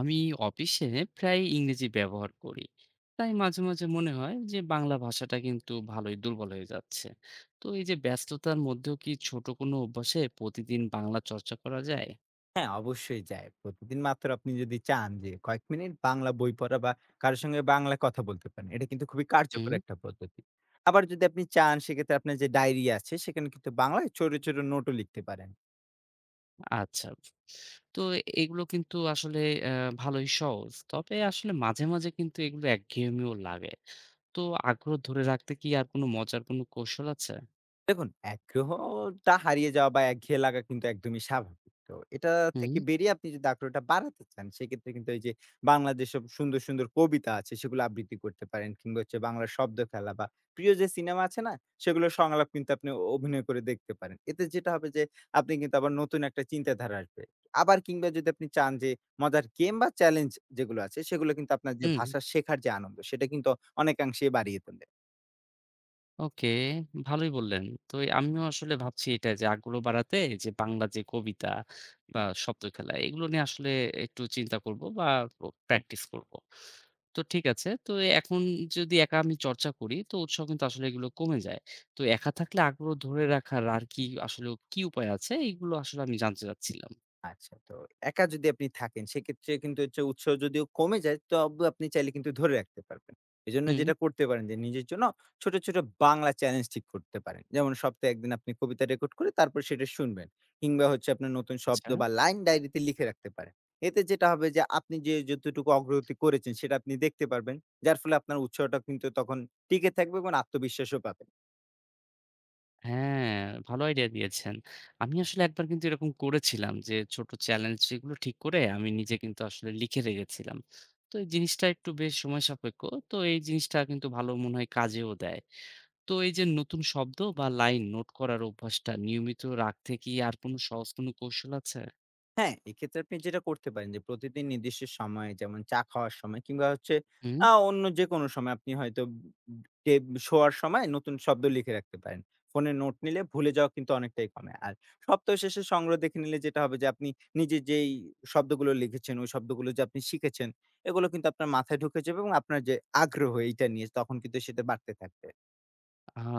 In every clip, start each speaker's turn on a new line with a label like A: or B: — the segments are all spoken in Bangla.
A: আমি অফিসে প্রায় ইংরেজি ব্যবহার করি, তাই মাঝে মাঝে মনে হয় যে বাংলা ভাষাটা কিন্তু ভালোই দুর্বল হয়ে যাচ্ছে। তো এই যে ব্যস্ততার মধ্যেও কি ছোট কোনো অভ্যাসে প্রতিদিন বাংলা চর্চা করা যায়?
B: হ্যাঁ, অবশ্যই যায়। প্রতিদিন মাত্র আপনি যদি চান যে কয়েক মিনিট বাংলা বই পড়া বা কারো সঙ্গে বাংলায় কথা বলতে পারেন। এটা কিন্তু খুবই কার্যকর
A: হুম।
B: একটা পদ্ধতি। আবার যদি আপনি চান সেক্ষেত্রে আপনার যে ডায়েরি আছে সেখানে কিন্তু বাংলায় ছোট, ছোট নোটও লিখতে পারেন।
A: আচ্ছা। তো এগুলো কিন্তু আসলে ভালোই সহজ, তবে আসলে মাঝে মাঝে কিন্তু এগুলো একঘেয়েমিও লাগে। তো আগ্রহ ধরে রাখতে কি আর কোনো মজার কোনো কৌশল আছে?
B: দেখুন, আগ্রহটা হারিয়ে যাওয়া বা একঘেয়ে লাগা কিন্তু একদমই স্বাভাবিক। তো এটা
A: হুম।
B: থেকে বেরিয়ে আপনি যদি আগ্রহটা বাড়াতে চান, সেক্ষেত্রে কিন্তু এই যে বাংলার যেসব সুন্দর, সুন্দর কবিতা আছে সেগুলো আবৃত্তি করতে পারেন কিংবা হচ্ছে বাংলার শব্দ খেলা বা প্রিয় যে সিনেমা আছে না? সেগুলোর সংলাপ কিন্তু আপনি অভিনয় করে দেখতে পারেন। এতে যেটা হবে যে আপনি কিন্তু আবার নতুন একটা চিন্তাধারা আসবে। আবার কিংবা যদি আপনি চান যে মজার গেম বা চ্যালেঞ্জ যেগুলো আছে সেগুলো কিন্তু আপনার যে
A: হুম।
B: ভাষা শেখার যে আনন্দ সেটা কিন্তু অনেকাংশেই বাড়িয়ে তোলে।
A: ওকে, ভালোই বললেন। তো এ আমিও আসলে ভাবছি এটা, যে আগ্রহ বাড়াতে যে বাংলা যে কবিতা বা শব্দ খেলা এগুলো নিয়ে আসলে একটু চিন্তা করব বা প্র্যাকটিস করব। তো ঠিক আছে। তো এ এখন যদি একা আমি চর্চা করি তো উৎসাহ কিন্তু আসলে এগুলো কমে যায়। তো একা থাকলে আগ্রহ ধরে রাখার আর কি আসলে কি উপায় আছে? এইগুলো আসলে আমি জানতে চাচ্ছিলাম।
B: আচ্ছা, তো একা যদি আপনি থাকেন সেক্ষেত্রে কিন্তু হচ্ছে উৎসাহ যদিও কমে যায় তবু আপনি চাইলে কিন্তু ধরে রাখতে পারবেন। এজন্য
A: হুম।
B: যেটা করতে পারেন যে নিজের জন্য ছোট, ছোট বাংলা চ্যালেঞ্জ ঠিক করতে পারেন। যেমন সপ্তাহে ১ দিন আপনি কবিতা রেকর্ড করে তারপর সেটা শুনবেন। কিংবা হচ্ছে আপনার নতুন শব্দ
A: আচ্ছা।
B: বা লাইন ডায়েরিতে লিখে রাখতে পারেন। এতে যেটা হবে যে আপনি যে যতটুকু অগ্রগতি করেছেন সেটা আপনি দেখতে পারবেন। যার ফলে আপনার উৎসাহটা কিন্তু তখন টিকে থাকবে এবং আত্মবিশ্বাসও পাবেন।
A: হ্যাঁ, ভালো আইডিয়া দিয়েছেন। আমি আসলে একবার কিন্তু এরকম করেছিলাম যে ছোট চ্যালেঞ্জ যেগুলো ঠিক করে আমি নিজে কিন্তু আসলে লিখে রেখেছিলাম। তো এই জিনিসটা একটু বেশ সময় সাপেক্ষ। তো এই জিনিসটা কিন্তু ভালো মনে হয়, কাজেও দেয়। তো এই যে নতুন শব্দ বা লাইন নোট করার অভ্যাসটা নিয়মিত রাখতে কি আর কোনো সহজ কোনো কৌশল আছে?
B: হ্যাঁ, এক্ষেত্রে আপনি যেটা করতে পারেন যে প্রতিদিন নির্দিষ্ট সময়ে যেমন চা খাওয়ার সময় কিংবা হচ্ছে
A: হুম।
B: অন্য যেকোনো সময় আপনি হয়তো বে শোয়ার সময় নতুন শব্দ লিখে রাখতে পারেন। ফোনে নোট নিলে ভুলে যাওয়া কিন্তু অনেকটাই কমে। আর সপ্তাহ শেষে সংগ্রহ দেখে নিলে যেটা হবে যে আপনি নিজে যেই শব্দগুলো লিখেছেন, ওই শব্দগুলো যে আপনি শিখেছেন, এগুলো কিন্তু আপনার মাথায় ঢুকে যাবে এবং আপনার যে আগ্রহ এইটা নিয়ে তখন কিন্তু সেটা বাড়তে থাকবে।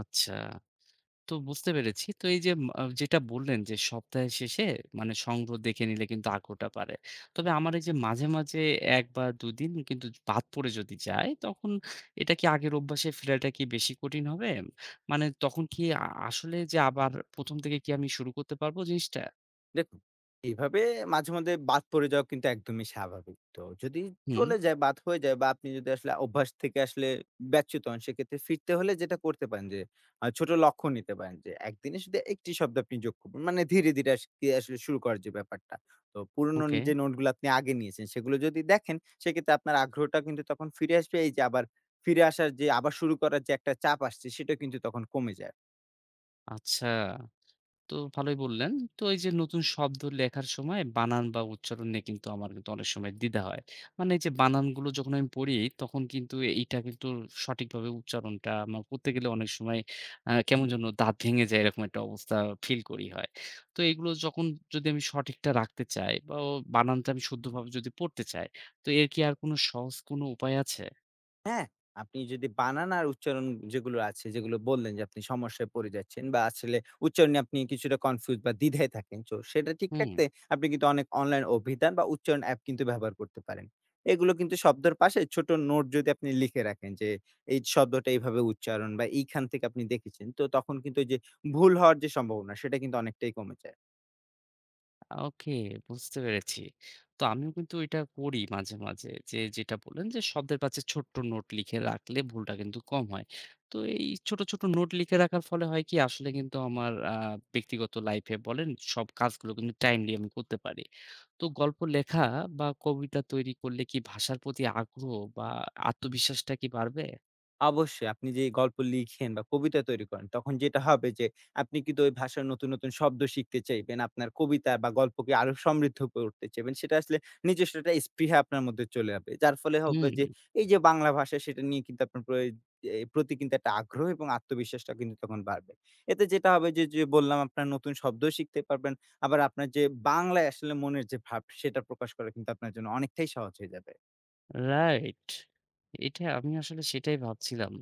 A: আচ্ছা। তো বুঝতে পেরেছি। তো এই যে ম আ যেটা বললেন যে সপ্তাহের শেষে মানে সংগ্রহ দেখে নিলে কিন্তু আগ্রহটা বাড়ে। তবে আমার এই যে মাঝে, মাঝে ১ বা ২ দিন কিন্তু বাদ পড়ে যদি যাই, তখন এটা কি আগের অভ্যাসে ফেরাটা কি বেশি কঠিন হবে? মানে তখন কি আসলে, যে আবার ১ম থেকে কি আমি শুরু করতে পারবো জিনিসটা?
B: দেখুন, এইভাবে মাঝে মধ্যে বাদ পড়ে যাওয়া কিন্তু একদমই স্বাভাবিক। তো যদি
A: হুম।
B: চলে যায়, বাদ হয়ে যায় বা আপনি যদি আসলে অভ্যাস থেকে আসলে ব্যচ্যুত হন, সেক্ষেত্রে ফিরতে হলে যেটা করতে পারেন যে, ছোট লক্ষ্য নিতে পারেন যে, একদিনে শুধু একটি শব্দ আপনি যোগ করবেন। মানে ধীরে, ধীরে আজকে আসলে শুরু করার যে ব্যাপারটা। তো পুরনো
A: ওকে।
B: যে নোটগুলো আপনি আগে নিয়েছেন, সেগুলো যদি দেখেন, সেক্ষেত্রে আপনার আগ্রহটা কিন্তু তখন ফিরে আসবে। এই যে আবার ফিরে আসার যে আবার শুরু করার যে একটা চাপ আসছে, সেটা কিন্তু তখন কমে যায়।
A: আচ্ছা। তো ভালোই বললেন। তো এই যে নতুন শব্দ লেখার সময় বানান বা উচ্চারণ নিয়ে কিন্তু আমার কিন্তু অনেক সময় দ্বিধা হয়। মানে এই যে বানানগুলো যখন আমি পড়ি, তখন কিন্তু এইটা কিন্তু সঠিকভাবে উচ্চারণটা আমার করতে গেলে অনেক সময় কেমন যেন দাঁত ভেঙে যায়, এরকম একটা অবস্থা ফিল করি হয়। তো এগুলো যখন, যদি আমি সঠিকটা রাখতে চাই বা বানানটা আমি শুদ্ধভাবে যদি পড়তে চাই, তো এর কি আর কোনো সহজ কোনো উপায় আছে?
B: হ্যাঁ, আপনি যদি বানান আর উচ্চারণ যেগুলো আছে, যেগুলো বললেন যে আপনি সমস্যায় পড়ে যাচ্ছেন বা আসলে উচ্চারণে আপনি কিছুটা কনফিউজ বা দ্বিধায় থাকেন। তো সেটা ঠিক
A: হুম।
B: রাখতে আপনি কিন্তু অনেক অনলাইন অভিধান বা উচ্চারণ অ্যাপ কিন্তু ব্যবহার করতে পারেন। এগুলো কিন্তু শব্দের পাশে ছোট নোট যদি আপনি লিখে রাখেন যে, এই শব্দটা এইভাবে উচ্চারণ বা এইখান থেকে আপনি দেখেছেন। তো তখন কিন্তু ওই যে ভুল হওয়ার যে সম্ভাবনা সেটা কিন্তু অনেকটাই কমে যায়।
A: ওকে, বুঝতে পেরেছি। তো আমিও কিন্তু এটা করি মাঝে, মাঝে। যে যেটা বললেন যে শব্দের পাশে ছোট্ট নোট লিখে রাখলে ভুলটা কিন্তু কম হয়। তো এই ছোট, ছোট নোট লিখে রাখার ফলে হয় কি আসলে কিন্তু আমার ব্যক্তিগত লাইফে বলেন, সব কাজগুলো কিন্তু টাইমলি আমি করতে পারি। তো গল্প লেখা বা কবিতা তৈরি করলে কি ভাষার প্রতি আগ্রহ বা আত্মবিশ্বাসটা কি বাড়বে?
B: অবশ্যই আপনি যে গল্প লিখেন বা কবিতা তৈরি করেন তখন যেটা হবে যে আপনি কিন্তু ওই ভাষার নতুন, নতুন শব্দ শিখতে চাইবেন। আপনার কবিতা বা গল্পকে আরো সমৃদ্ধ করতে চাইবেন। সেটা আসলে নিজস্ব একটা স্পৃহা আপনার মধ্যে চলে আসবে। যার ফলে হবে
A: হুম।
B: যে এই যে বাংলা ভাষা সেটা নিয়ে কিন্তু আপনার প্রয় এ প্রতি কিন্তু একটা আগ্রহ এবং আত্মবিশ্বাসটা কিন্তু তখন বাড়বে। এতে যেটা হবে যে, যে বললাম আপনার নতুন শব্দ শিখতে পারবেন। আবার আপনার যে বাংলায় আসলে মনের যে ভাব সেটা প্রকাশ করা কিন্তু আপনার জন্য অনেকটাই সহজ হয়ে যাবে।
A: রাইট। এটা আমি আসলে সেটাই ভাবছিলাম।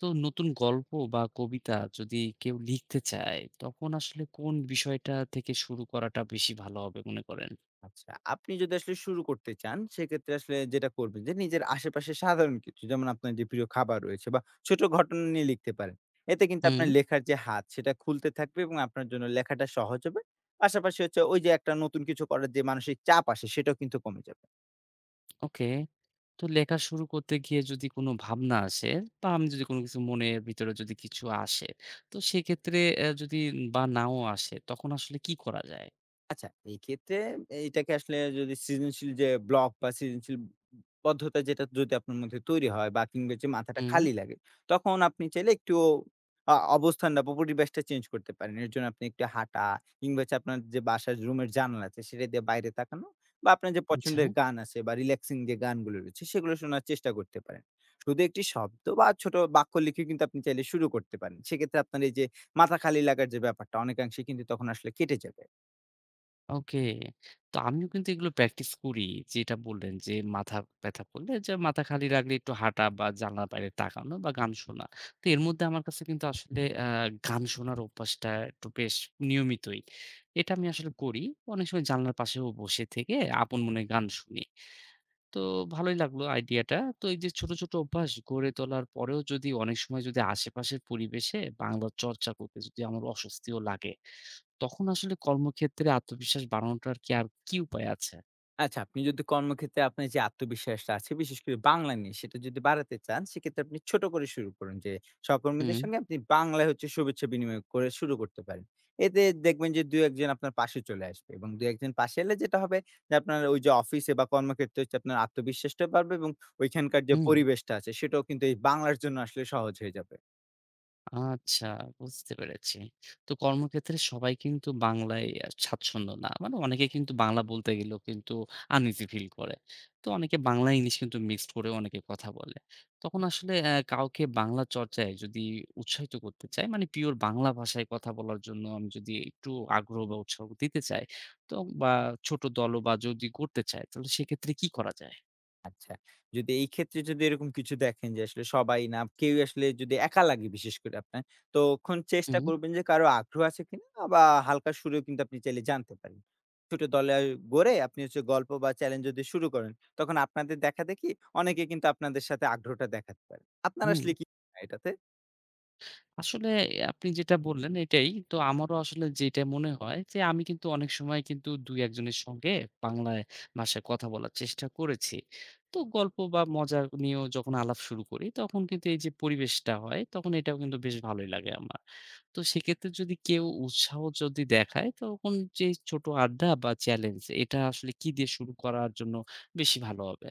A: তো নতুন গল্প বা কবিতা যদি কেউ লিখতে চায়, তখন আসলে কোন বিষয়টা থেকে শুরু করাটা বেশি ভালো হবে মনে করেন?
B: আচ্ছা, আপনি যদি আসলে শুরু করতে চান সেক্ষেত্রে আসলে যেটা করবেন যে নিজের আশেপাশে সাধারণ কিছু যেমন আপনার যে প্রিয় খাবার রয়েছে বা ছোট ঘটনা নিয়ে লিখতে পারেন। এতে কিন্তু
A: হুম।
B: আপনার লেখার যে হাত সেটা খুলতে থাকবে এবং আপনার জন্য লেখাটা সহজ হবে। পাশাপাশি হচ্ছে ওই যে একটা নতুন কিছু করার যে মানসিক চাপ আসে সেটাও কিন্তু কমে যাবে।
A: ওকে। তো লেখা শুরু করতে গিয়ে যদি কোনো ভাবনা আসে বা আমি যদি কোনো কিছু মনের ভিতরে যদি কিছু আসে, তো সেক্ষেত্রে যদি বা নাও আসে তখন আসলে কি করা যায়?
B: আচ্ছা, এই ক্ষেত্রে এইটাকে আসলে যদি সৃজনশীল যে ব্লক বা সৃজনশীল বদ্ধতা যেটা যদি আপনার মধ্যে তৈরি হয় বা কিংবা যে মাথাটা
A: হুম।
B: খালি লাগে, তখন আপনি চাইলে একটু অবস্থানটা বা পরিবেশটা চেঞ্জ করতে পারেন। এর জন্য আপনি একটু হাঁটা কিংবা হচ্ছে আপনার যে বাসার রুমের জানালা আছে সেটা দিয়ে বাইরে তাকানো বা আপনার যে
A: আচ্ছা।
B: পছন্দের গান আছে বা রিল্যাক্সিং যে গানগুলো রয়েছে সেগুলো শোনার চেষ্টা করতে পারেন। শুধু একটি শব্দ বা ছোট বাক্য লিখে কিন্তু আপনি চাইলে শুরু করতে পারেন। সেক্ষেত্রে আপনার এই যে মাথা খালি লাগার যে ব্যাপারটা অনেকাংশে কিন্তু তখন আসলে কেটে যাবে।
A: ওকে। তো আমিও কিন্তু এগুলো প্র্যাকটিস করি। যেটা বললেন যে মাথা ব্যথা করলে, যে মাথা খালি রাখলে একটু হাঁটা বা জানলার বাইরে তাকানো বা গান শোনা। তো এর মধ্যে আমার কাছে কিন্তু আসলে গান শোনার অভ্যাসটা একটু বেশ নিয়মিতই। এটা আমি আসলে করি। অনেক সময় জানলার পাশেও বসে থেকে আপন মনে গান শুনি। তো ভালোই লাগলো আইডিয়াটা। তো এই যে ছোট, ছোট অভ্যাস গড়ে তোলার পরেও যদি অনেক সময় যদি আশেপাশের পরিবেশে বাংলা চর্চা করতে যদি আমার অস্বস্তিও লাগে, তখন আসলে কর্মক্ষেত্রে আত্মবিশ্বাস বাড়ানোটার কি আর কি উপায় আছে?
B: আচ্ছা, আপনি যদি কর্মক্ষেত্রে আপনার যে আত্মবিশ্বাসটা আছে, বিশেষ করে বাংলা নিয়ে সেটা যদি বাড়াতে চান, সেক্ষেত্রে আপনি ছোট করে শুরু করুন যে, সহকর্মীদের
A: হুম।
B: সঙ্গে আপনি বাংলায় হচ্ছে শুভেচ্ছা বিনিময় করে শুরু করতে পারেন। এতে দেখবেন যে ২-১ জন আপনার পাশে চলে আসবে এবং ২-১ জন পাশে এলে যেটা হবে যে আপনার ওই যে অফিসে বা কর্মক্ষেত্রে হচ্ছে আপনার আত্মবিশ্বাসটা বাড়বে এবং ওইখানকার যে
A: হুম।
B: পরিবেশটা আছে সেটাও কিন্তু এই বাংলার জন্য আসলে সহজ হয়ে যাবে।
A: আচ্ছা, বুঝতে পেরেছি। তো কর্মক্ষেত্রে সবাই কিন্তু বাংলায় স্বাচ্ছন্দ্য না। মানে অনেকে কিন্তু বাংলা বলতে গেলেও কিন্তু আনইজি ফিল করে। তো অনেকে বাংলা ইংলিশ কিন্তু মিক্সড করে, অনেকে কথা বলে। তখন আসলে কাউকে বাংলা চর্চায় যদি উৎসাহিত করতে চাই, মানে পিওর বাংলা ভাষায় কথা বলার জন্য আমি যদি একটু আগ্রহ বা উৎসাহ দিতে চাই, তো বা ছোট দল বা যদি করতে চাই, তাহলে সেক্ষেত্রে কি করা যায়?
B: আচ্ছা। যদি এই ক্ষেত্রে যদি এরকম কিছু দেখেন যে আসলে সবাই না, কেউই আসলে যদি একা লাগে বিশেষ করে আপনার, তখন চেষ্টা
A: হুম।
B: করবেন যে কারো আগ্রহ আছে কিনা বা হালকা সুরেও কিন্তু আপনি চাইলে জানতে পারেন। ছোট দলে গড়ে আপনি হচ্ছে গল্প বা চ্যালেঞ্জ যদি শুরু করেন, তখন আপনাদের দেখা দেখি অনেকে কিন্তু আপনাদের সাথে আগ্রহটা দেখাতে পারে। আপনার
A: হুম।
B: আসলে কি মনে হয় এটাতে?
A: আসলে আপনি যেটা বললেন এটাই। তো আমারও আসলে যেটা মনে হয় যে, আমি কিন্তু অনেক সময় কিন্তু ২-১ জনের সঙ্গে বাংলায় ভাষায় কথা বলার চেষ্টা করেছি। তো গল্প বা মজা নিয়েও যখন আলাপ শুরু করি, তখন কিন্তু এই যে পরিবেশটা হয়, তখন এটাও কিন্তু বেশ ভালোই লাগে আমার। তো সেক্ষেত্রে যদি কেউ উৎসাহ যদি দেখায়, তখন যে ছোট আড্ডা বা চ্যালেঞ্জ, এটা আসলে কি দিয়ে শুরু করার জন্য বেশি ভালো হবে?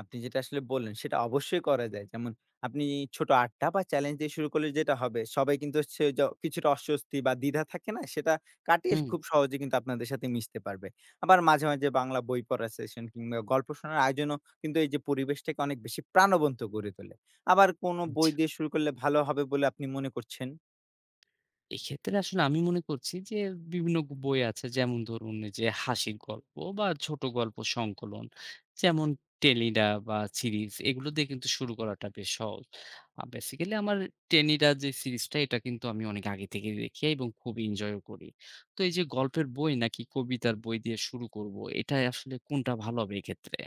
B: আপনি যেটা আসলে বললেন সেটা অবশ্যই করা যায়। যেমন আপনি ছোট আড্ডা বা চ্যালেঞ্জ দিয়ে শুরু করলে যেটা হবে সবাই কিন্তু হচ্ছে কিছুটা অস্বস্তি বা দ্বিধা থাকে না? সেটা কাটিয়ে
A: হুম।
B: খুব সহজে কিন্তু আপনাদের সাথে মিশতে পারবে। আবার মাঝে, মাঝে বাংলা বই পড়ার সেশন কিংবা গল্প শোনার আয়োজনও কিন্তু এই যে পরিবেশটাকে অনেক বেশি প্রাণবন্ত করে তোলে। আবার কোন বই
A: আচ্ছা।
B: দিয়ে শুরু করলে ভালো হবে বলে আপনি মনে করছেন?
A: এক্ষেত্রে আসলে আমি মনে করছি যে বিভিন্ন বই আছে, যেমন ধরুন এই যে হাসির গল্প বা ছোট গল্প সংকলন, যেমন টেনিডা বা সিরিজ, এগুলো দিয়ে কিন্তু শুরু করাটা বেশ সহজ। বেসিক্যালি আমার, টেনিডা যে সিরিজটা এটা কিন্তু আমি অনেক আগে থেকে দেখি এবং খুব এনজয়ও করি। তো এই যে গল্পের বই নাকি কবিতার বই দিয়ে শুরু করব, এটা আসলে কোনটা ভালো হবে এক্ষেত্রে?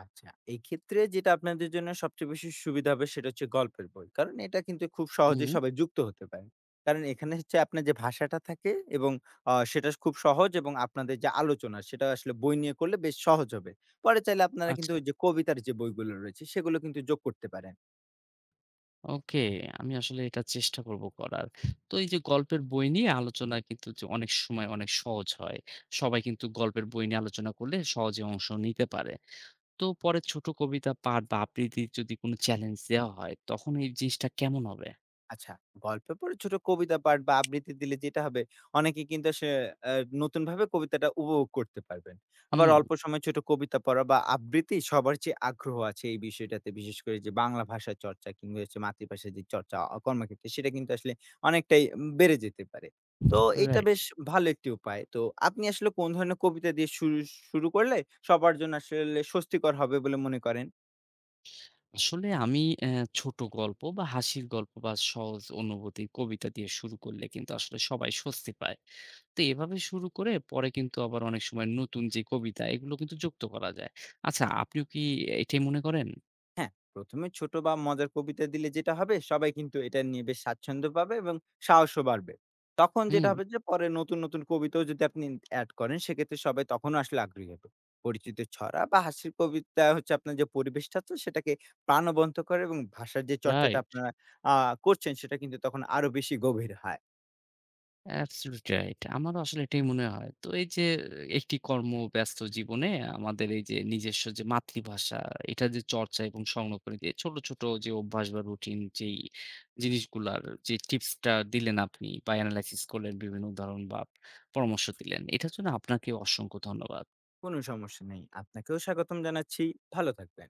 B: আচ্ছা। এই ক্ষেত্রে যেটা আপনাদের জন্য সবচেয়ে বেশি সুবিধা হবে সেটা হচ্ছে গল্পের বই। কারণ এটা কিন্তু খুব সহজে
A: হুম।
B: সবাই যুক্ত হতে পারে। কারণ এখানে হচ্ছে আপনার যে ভাষাটা থাকে এবং সেটা খুব সহজ এবং আপনাদের যে আলোচনা সেটা আসলে বই নিয়ে করলে বেশ সহজ হবে। পরে চাইলে আপনারা কিন্তু
A: আচ্ছা।
B: ওই যে কবিতার যে বইগুলো রয়েছে সেগুলো কিন্তু যোগ করতে পারেন।
A: ওকে, আমি আসলে এটা চেষ্টা করব করার। তো এই যে গল্পের বই নিয়ে আলোচনা কিন্তু যে অনেক সময় অনেক সহজ হয়। সবাই কিন্তু গল্পের বই নিয়ে আলোচনা করলে সহজে অংশ নিতে পারে। তো পরে ছোট কবিতা পাঠ বা আবৃত্তির যদি কোনো চ্যালেঞ্জ দেওয়া হয়, তখন এই জিনিসটা কেমন হবে?
B: আচ্ছা, গল্পের পরে ছোট কবিতা পাঠ বা আবৃত্তি দিলে যেটা হবে, অনেকে কিন্তু সে অ্যা নতুনভাবে কবিতাটা উপভোগ করতে পারবেন। আবার
A: হুম।
B: অল্প সময়ে ছোট কবিতা পড়া বা আবৃত্তি সবার যে আগ্রহ আছে এই বিষয়টাতে, বিশেষ করে যে বাংলা ভাষার চর্চা কিংবা হচ্ছে মাতৃভাষার যে চর্চা কর্মক্ষেত্রে সেটা কিন্তু আসলে অনেকটাই বেড়ে যেতে পারে। তো এটা
A: রাইট।
B: বেশ ভালো একটি উপায়। তো আপনি আসলে কোন ধরনের কবিতা দিয়ে শুরু শুরু করলে সবার জন্য আসলে স্বস্তিকর হবে বলে মনে করেন?
A: আসলে আমি ছোট গল্প বা হাসির গল্প বা সহজ অনুভূতির কবিতা দিয়ে শুরু করলে কিন্তু আসলে সবাই স্বস্তি পায়। তো এভাবে শুরু করে পরে কিন্তু আবার অনেক সময় নতুন যে কবিতা, এগুলো কিন্তু যুক্ত করা যায়। আচ্ছা, আপনিও কি এটাই মনে করেন?
B: হ্যাঁ, ১ম এ ছোট বা মজার কবিতা দিলে যেটা হবে সবাই কিন্তু এটা নিয়ে বেশ স্বাচ্ছন্দ্য পাবে এবং সাহসও বাড়বে। তখন যেটা
A: হুম।
B: হবে যে পরে নতুন, নতুন কবিতাও যদি আপনি এড করেন সেক্ষেত্রে সবাই তখনও আসলে আগ্রহী হবে। পরিচিত ছড়া বা হাসির কবিতা হচ্ছে আপনার যে পরিবেশটা আছে সেটাকে প্রাণবন্ত করে এবং ভাষার যে চর্চাটা
A: রাইট।
B: আপনারা আ করছেন সেটা কিন্তু তখন আরো বেশি গভীর হয়।
A: Absolute right. আমারও আসলে এটাই মনে হয়। তো এই যে একটি কর্মব্যস্ত জীবনে আমাদের এই যে নিজস্ব যে মাতৃভাষা, এটা যে চর্চা এবং সংরক্ষণে যে ছোট, ছোট যে অভ্যাস বা রুটিন, যেই জিনিসগুলার যে টিপসটা দিলেন আপনি বা এনালাইসিস করলেন, বিভিন্ন উদাহরণ বা পরামর্শ দিলেন, এটার জন্য আপনাকে অসংখ্য ধন্যবাদ।
B: কোন সমস্যা নেই। আপনাকেও স্বাগতম জানাচ্ছি। ভালো থাকবেন।